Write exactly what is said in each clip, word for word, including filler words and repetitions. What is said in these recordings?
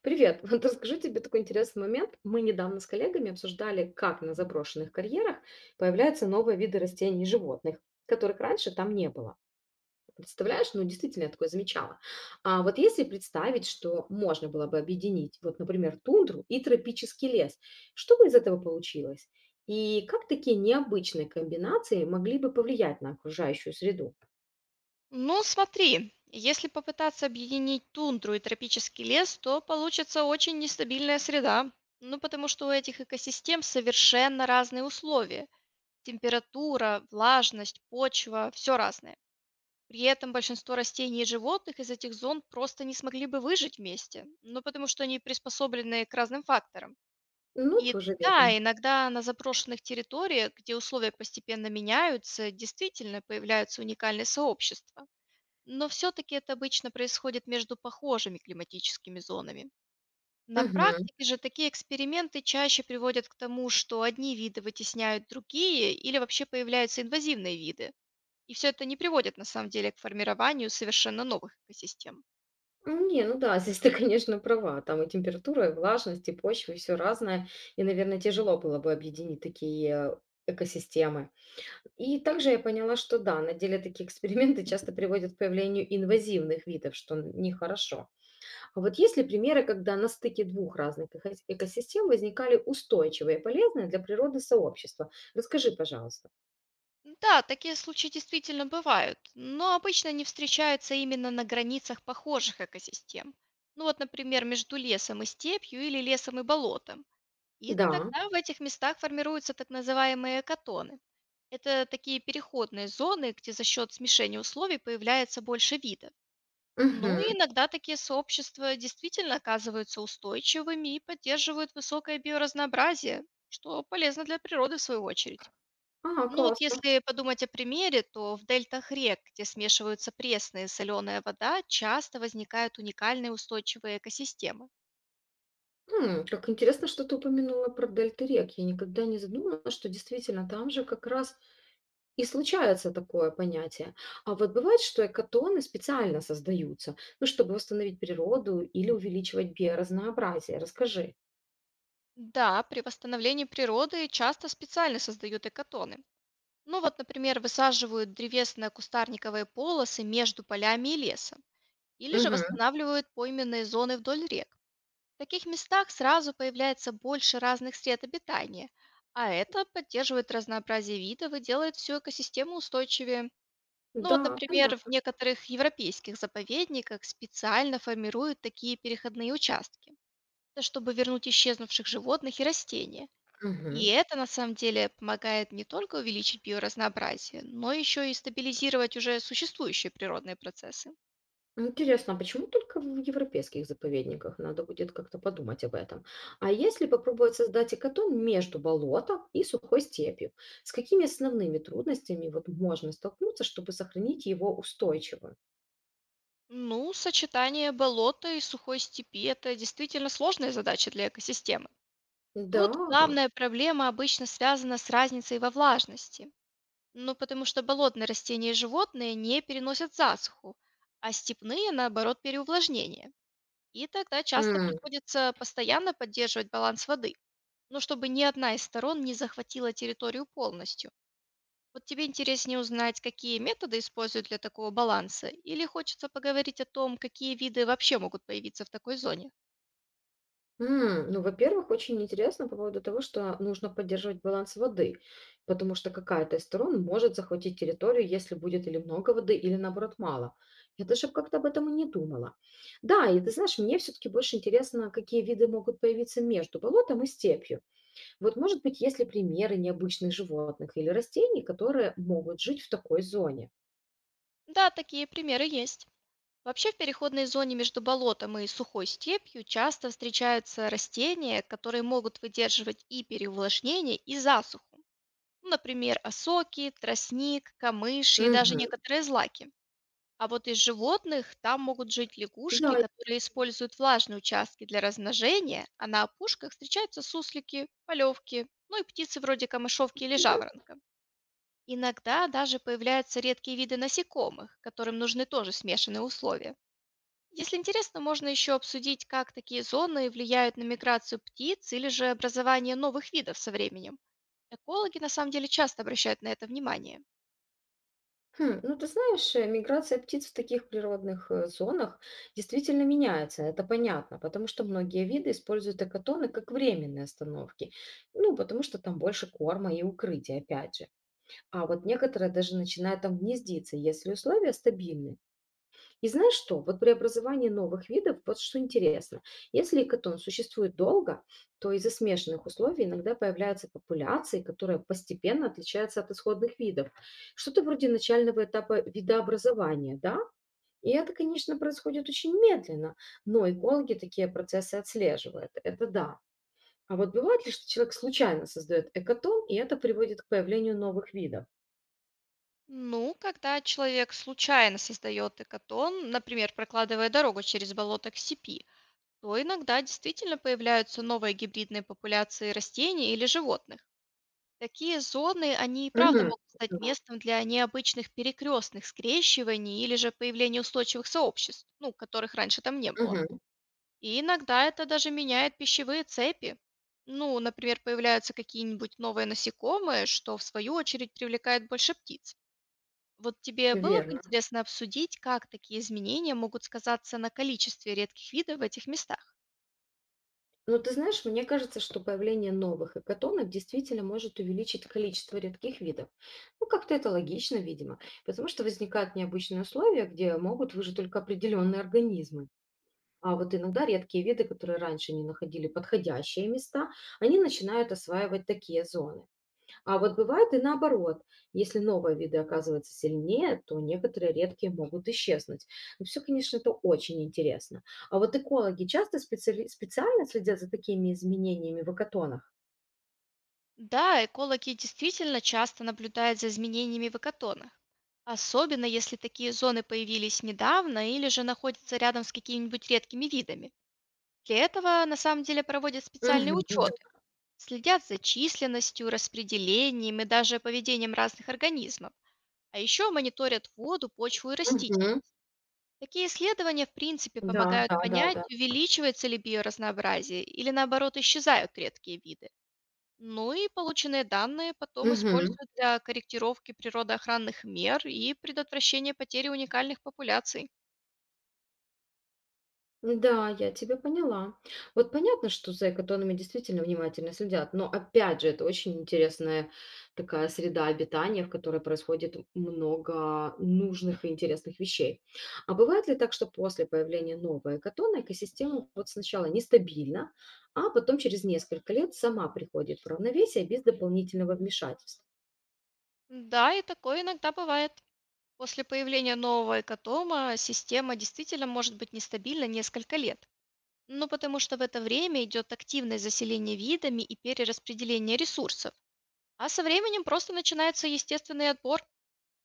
Привет. Вот расскажу тебе такой интересный момент. Мы недавно с коллегами обсуждали, как на заброшенных карьерах появляются новые виды растений и животных, которых раньше там не было. Представляешь, ну действительно я такое замечала. А вот если представить, что можно было бы объединить, вот, например, тундру и тропический лес, что бы из этого получилось? И как такие необычные комбинации могли бы повлиять на окружающую среду? Ну, смотри, если попытаться объединить тундру и тропический лес, то получится очень нестабильная среда. Ну, потому что у этих экосистем совершенно разные условия. Температура, влажность, почва, все разное. При этом большинство растений и животных из этих зон просто не смогли бы выжить вместе, ну потому что они приспособлены к разным факторам. Ну, И тоже верно. да, иногда на запрошенных территориях, где условия постепенно меняются, действительно появляются уникальные сообщества. Но все-таки это обычно происходит между похожими климатическими зонами. На Мгм. практике же такие эксперименты чаще приводят к тому, что одни виды вытесняют другие или вообще появляются инвазивные виды. И все это не приводит на самом деле к формированию совершенно новых экосистем. Ну не, ну да, здесь ты, конечно, права. Там и температура, и влажность, и почва, и все разное. И, наверное, тяжело было бы объединить такие экосистемы. И также я поняла, что да, на деле такие эксперименты часто приводят к появлению инвазивных видов, что н- нехорошо. А вот есть ли примеры, когда на стыке двух разных эко- экосистем возникали устойчивые и полезные для природы сообщества? Расскажи, пожалуйста. Да, такие случаи действительно бывают, но обычно они встречаются именно на границах похожих экосистем. Ну вот, например, между лесом и степью или лесом и болотом. И Да. тогда в этих местах формируются так называемые экотоны. Это такие переходные зоны, где за счет смешения условий появляется больше видов. Ну и Мгм. иногда такие сообщества действительно оказываются устойчивыми и поддерживают высокое биоразнообразие, что полезно для природы в свою очередь. А, Ну вот классно. если подумать о примере, то в дельтах рек, где смешиваются пресная и соленая вода, часто возникают уникальные устойчивые экосистемы. М, как интересно, что ты упомянула про дельты рек. Я никогда не задумывалась, что действительно там же как раз и случается такое понятие. А вот бывает, что экотоны специально создаются, ну, чтобы восстановить природу или увеличивать биоразнообразие. Расскажи. Да, при восстановлении природы часто специально создают экотоны. Ну вот, например, высаживают древесно-кустарниковые полосы между полями и лесом, или же Мгм. восстанавливают пойменные зоны вдоль рек. В таких местах сразу появляется больше разных сред обитания, а это поддерживает разнообразие видов и делает всю экосистему устойчивее. Ну вот, Да, например, в понятно. некоторых европейских заповедниках специально формируют такие переходные участки, это чтобы вернуть исчезнувших животных и растения. И Мгм. это на самом деле помогает не только увеличить биоразнообразие, но еще и стабилизировать уже существующие природные процессы. Интересно, а почему только в европейских заповедниках? Надо будет как-то подумать об этом. А если попробовать создать экотон между болотом и сухой степью, с какими основными трудностями вот можно столкнуться, чтобы сохранить его устойчивым? Ну, сочетание болота и сухой степи – это действительно сложная задача для экосистемы. Да. Тут главная проблема обычно связана с разницей во влажности. Ну, потому что болотные растения и животные не переносят засуху, а степные, наоборот, переувлажнение. И тогда часто приходится постоянно поддерживать баланс воды, но чтобы ни одна из сторон не захватила территорию полностью. Вот тебе интереснее узнать, какие методы используют для такого баланса, или хочется поговорить о том, какие виды вообще могут появиться в такой зоне? М, ну, во-первых, очень интересно по поводу того, что нужно поддерживать баланс воды, потому что какая-то из сторон может захватить территорию, если будет или много воды, или наоборот мало. Я даже как-то об этом и не думала. Да, и ты знаешь, мне все-таки больше интересно, какие виды могут появиться между болотом и степью. Вот, может быть, есть ли примеры необычных животных или растений, которые могут жить в такой зоне? Да, такие примеры есть. Вообще в переходной зоне между болотом и сухой степью часто встречаются растения, которые могут выдерживать и переувлажнение, и засуху. Ну, например, осоки, тростник, камыш и даже Мгм. некоторые злаки. А вот из животных там могут жить лягушки, Да. которые используют влажные участки для размножения, а на опушках встречаются суслики, полевки, ну и птицы вроде камышовки или жаворонка. Иногда даже появляются редкие виды насекомых, которым нужны тоже смешанные условия. Если интересно, можно еще обсудить, как такие зоны влияют на миграцию птиц или же образование новых видов со временем. Экологи на самом деле часто обращают на это внимание. Хм, ну ты знаешь, э, миграция птиц в таких природных э, зонах действительно меняется, это понятно, потому что многие виды используют экотоны как временные остановки, ну, потому что там больше корма и укрытия, опять же. А вот некоторые даже начинают там гнездиться, если условия стабильны. И знаешь что? Вот преобразование новых видов, вот что интересно. Если экотон существует долго, то из-за смешанных условий иногда появляются популяции, которые постепенно отличаются от исходных видов. Что-то вроде начального этапа видообразования, да? И это, конечно, происходит очень медленно, но экологи такие процессы отслеживают, это да. А вот бывает ли, что человек случайно создает экотон, и это приводит к появлению новых видов? Ну, когда человек случайно создает экотон, например, прокладывая дорогу через болото к сепи, то иногда действительно появляются новые гибридные популяции растений или животных. Такие зоны, они и правда Мгм. могут стать Да. местом для необычных перекрестных скрещиваний или же появления устойчивых сообществ, ну, которых раньше там не было. Мгм. И иногда это даже меняет пищевые цепи. Ну, например, появляются какие-нибудь новые насекомые, что в свою очередь привлекает больше птиц. Вот тебе было бы Верно. интересно обсудить, как такие изменения могут сказаться на количестве редких видов в этих местах? Но ты знаешь, мне кажется, что появление новых экотонов действительно может увеличить количество редких видов. Ну, как-то это логично, видимо, потому что возникают необычные условия, где могут выжить только определенные организмы. А вот иногда редкие виды, которые раньше не находили подходящие места, они начинают осваивать такие зоны. А вот бывает и наоборот. Если новые виды оказываются сильнее, то некоторые редкие могут исчезнуть. Но все, конечно, это очень интересно. А вот экологи часто специали- специально следят за такими изменениями в экотонах? Да, экологи действительно часто наблюдают за изменениями в экотонах. Особенно если такие зоны появились недавно или же находятся рядом с какими-нибудь редкими видами. Для этого на самом деле проводят специальные Мгм. Да. учеты, следят за численностью, распределением и даже поведением разных организмов, а еще мониторят воду, почву и Мгм. растительность. Такие исследования, в принципе, Да, помогают да, да, понять, да. увеличивается ли биоразнообразие или, наоборот, исчезают редкие виды. Ну и полученные данные потом Мгм. используют для корректировки природоохранных мер и предотвращения потери уникальных популяций. Да, я тебя поняла. Вот понятно, что за экотонами действительно внимательно следят, но опять же, это очень интересная такая среда обитания, в которой происходит много нужных и интересных вещей. А бывает ли так, что после появления новой экотоны экосистема вот сначала нестабильна, а потом через несколько лет сама приходит в равновесие без дополнительного вмешательства? Да, и такое иногда бывает. После появления нового экотома система действительно может быть нестабильна несколько лет. Ну, потому что в это время идет активное заселение видами и перераспределение ресурсов. А со временем просто начинается естественный отбор.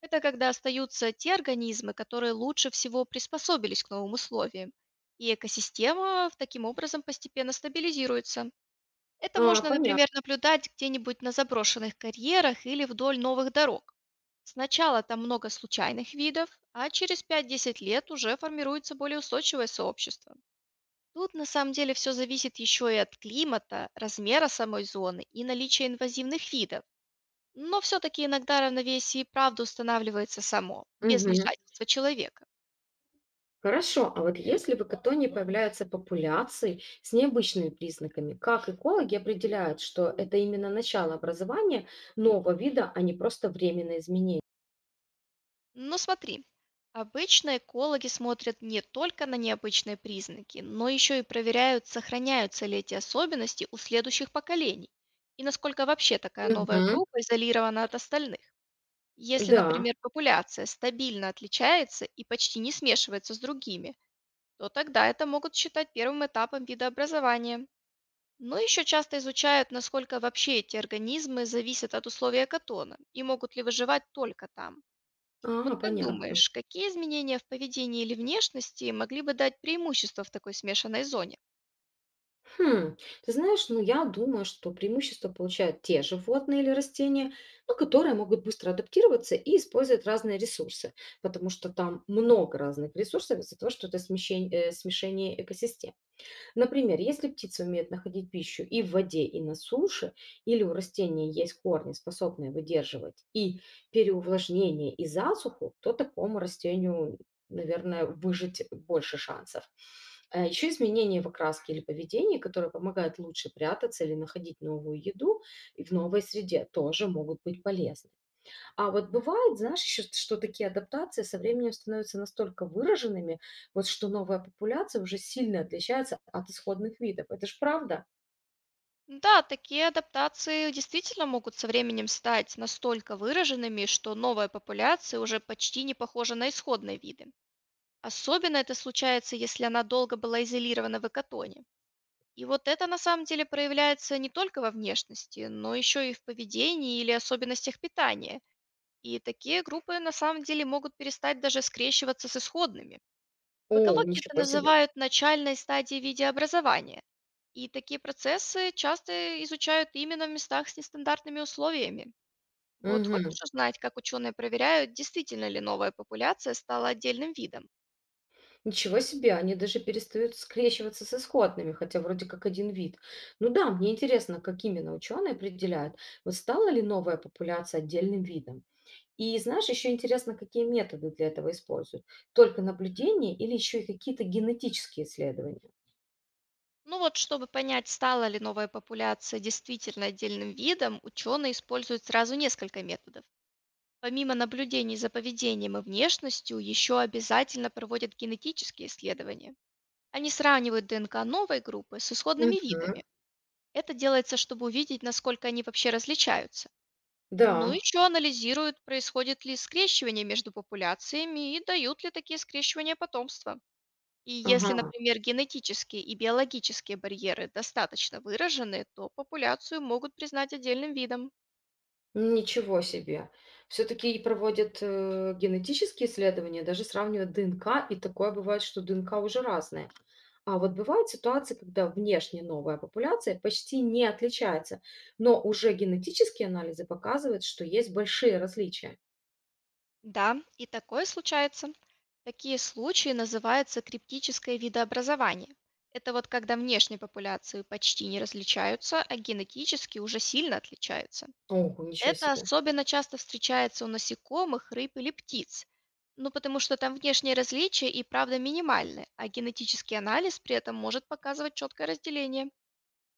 Это когда остаются те организмы, которые лучше всего приспособились к новым условиям, и экосистема в- таким образом постепенно стабилизируется. Это А, можно, понятно. например, наблюдать где-нибудь на заброшенных карьерах или вдоль новых дорог. Сначала там много случайных видов, а через пять десять лет уже формируется более устойчивое сообщество. Тут на самом деле все зависит еще и от климата, размера самой зоны и наличия инвазивных видов. Но все-таки иногда равновесие и правда устанавливается само, без вмешательства человека. Хорошо, а вот если в экотоне появляются популяции с необычными признаками, как экологи определяют, что это именно начало образования нового вида, а не просто временное изменение? Но смотри, обычно экологи смотрят не только на необычные признаки, но еще и проверяют, сохраняются ли эти особенности у следующих поколений и насколько вообще такая новая Мгм. группа изолирована от остальных. Если, Да. например, популяция стабильно отличается и почти не смешивается с другими, то тогда это могут считать первым этапом видообразования. Но еще часто изучают, насколько вообще эти организмы зависят от условий экотона и могут ли выживать только там. Вот А, как понятно. думаешь, какие изменения в поведении или внешности могли бы дать преимущество в такой смешанной зоне? Хм, ты знаешь, ну я думаю, что преимущество получают те животные или растения, ну, которые могут быстро адаптироваться и использовать разные ресурсы, потому что там много разных ресурсов из-за того, что это смещень- э, смешение экосистем. Например, если птица умеет находить пищу и в воде, и на суше, или у растений есть корни, способные выдерживать и переувлажнение, и засуху, то такому растению, наверное, выжить больше шансов. Еще изменения в окраске или поведении, которые помогают лучше прятаться или находить новую еду и в новой среде, тоже могут быть полезны. А вот бывает, знаешь, еще что такие адаптации со временем становятся настолько выраженными, вот что новая популяция уже сильно отличается от исходных видов. Это ж правда? Да, такие адаптации действительно могут со временем стать настолько выраженными, что новая популяция уже почти не похожа на исходные виды. Особенно это случается, если она долго была изолирована в экотоне. И вот это на самом деле проявляется не только во внешности, но еще и в поведении или особенностях питания. И такие группы на самом деле могут перестать даже скрещиваться с исходными. В О, экологии это ничего себе. называют начальной стадией видеообразования. И такие процессы часто изучают именно в местах с нестандартными условиями. Вот Мгм. хочешь узнать, как ученые проверяют, действительно ли новая популяция стала отдельным видом? Ничего себе, они даже перестают скрещиваться с исходными, хотя вроде как один вид. Ну да, мне интересно, как именно ученые определяют, вот стала ли новая популяция отдельным видом. И знаешь, еще интересно, какие методы для этого используют. Только наблюдение или еще и какие-то генетические исследования? Ну вот, чтобы понять, стала ли новая популяция действительно отдельным видом, ученые используют сразу несколько методов. Помимо наблюдений за поведением и внешностью, еще обязательно проводят генетические исследования. Они сравнивают д н к новой группы с исходными Мгм. видами. Это делается, чтобы увидеть, насколько они вообще различаются. Ну, Да. еще анализируют, происходит ли скрещивание между популяциями и дают ли такие скрещивания потомство. И Ага, если, например, генетические и биологические барьеры достаточно выражены, то популяцию могут признать отдельным видом. ну, ничего себе. Все-таки проводят э, генетические исследования, даже сравнивают д н к, и такое бывает, что д н к уже разные. А вот бывают ситуации, когда внешне новая популяция почти не отличается, но уже генетические анализы показывают, что есть большие различия. Да, и такое случается. Такие случаи называются криптическое видообразование. Это вот когда внешние популяции почти не различаются, а генетически уже сильно отличаются. Ого, ничего Это себе. особенно часто встречается у насекомых, рыб или птиц. Ну, потому что там внешние различия и правда минимальны, а генетический анализ при этом может показывать четкое разделение.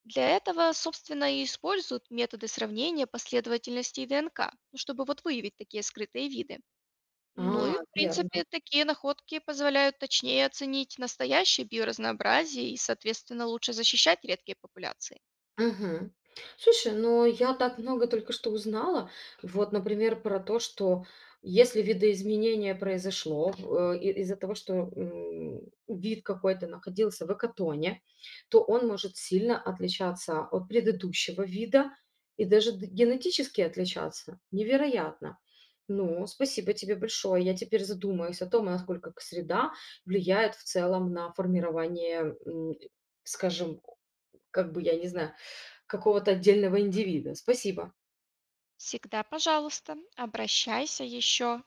Для этого, собственно, и используют методы сравнения последовательностей д н к, ну, чтобы вот выявить такие скрытые виды. Ну и, А, в верно. принципе, такие находки позволяют точнее оценить настоящее биоразнообразие и, соответственно, лучше защищать редкие популяции. Мгм. Слушай, ну я так много только что узнала. Вот, например, про то, что если видоизменение произошло э, и- из-за того, что м, вид какой-то находился в экотоне, то он может сильно отличаться от предыдущего вида и даже д- генетически отличаться. Невероятно. Ну, спасибо тебе большое. Я теперь задумаюсь о том, насколько к- среда влияет в целом на формирование, м, скажем, как бы, я не знаю, какого-то отдельного индивида. Спасибо. Всегда, пожалуйста, обращайся еще.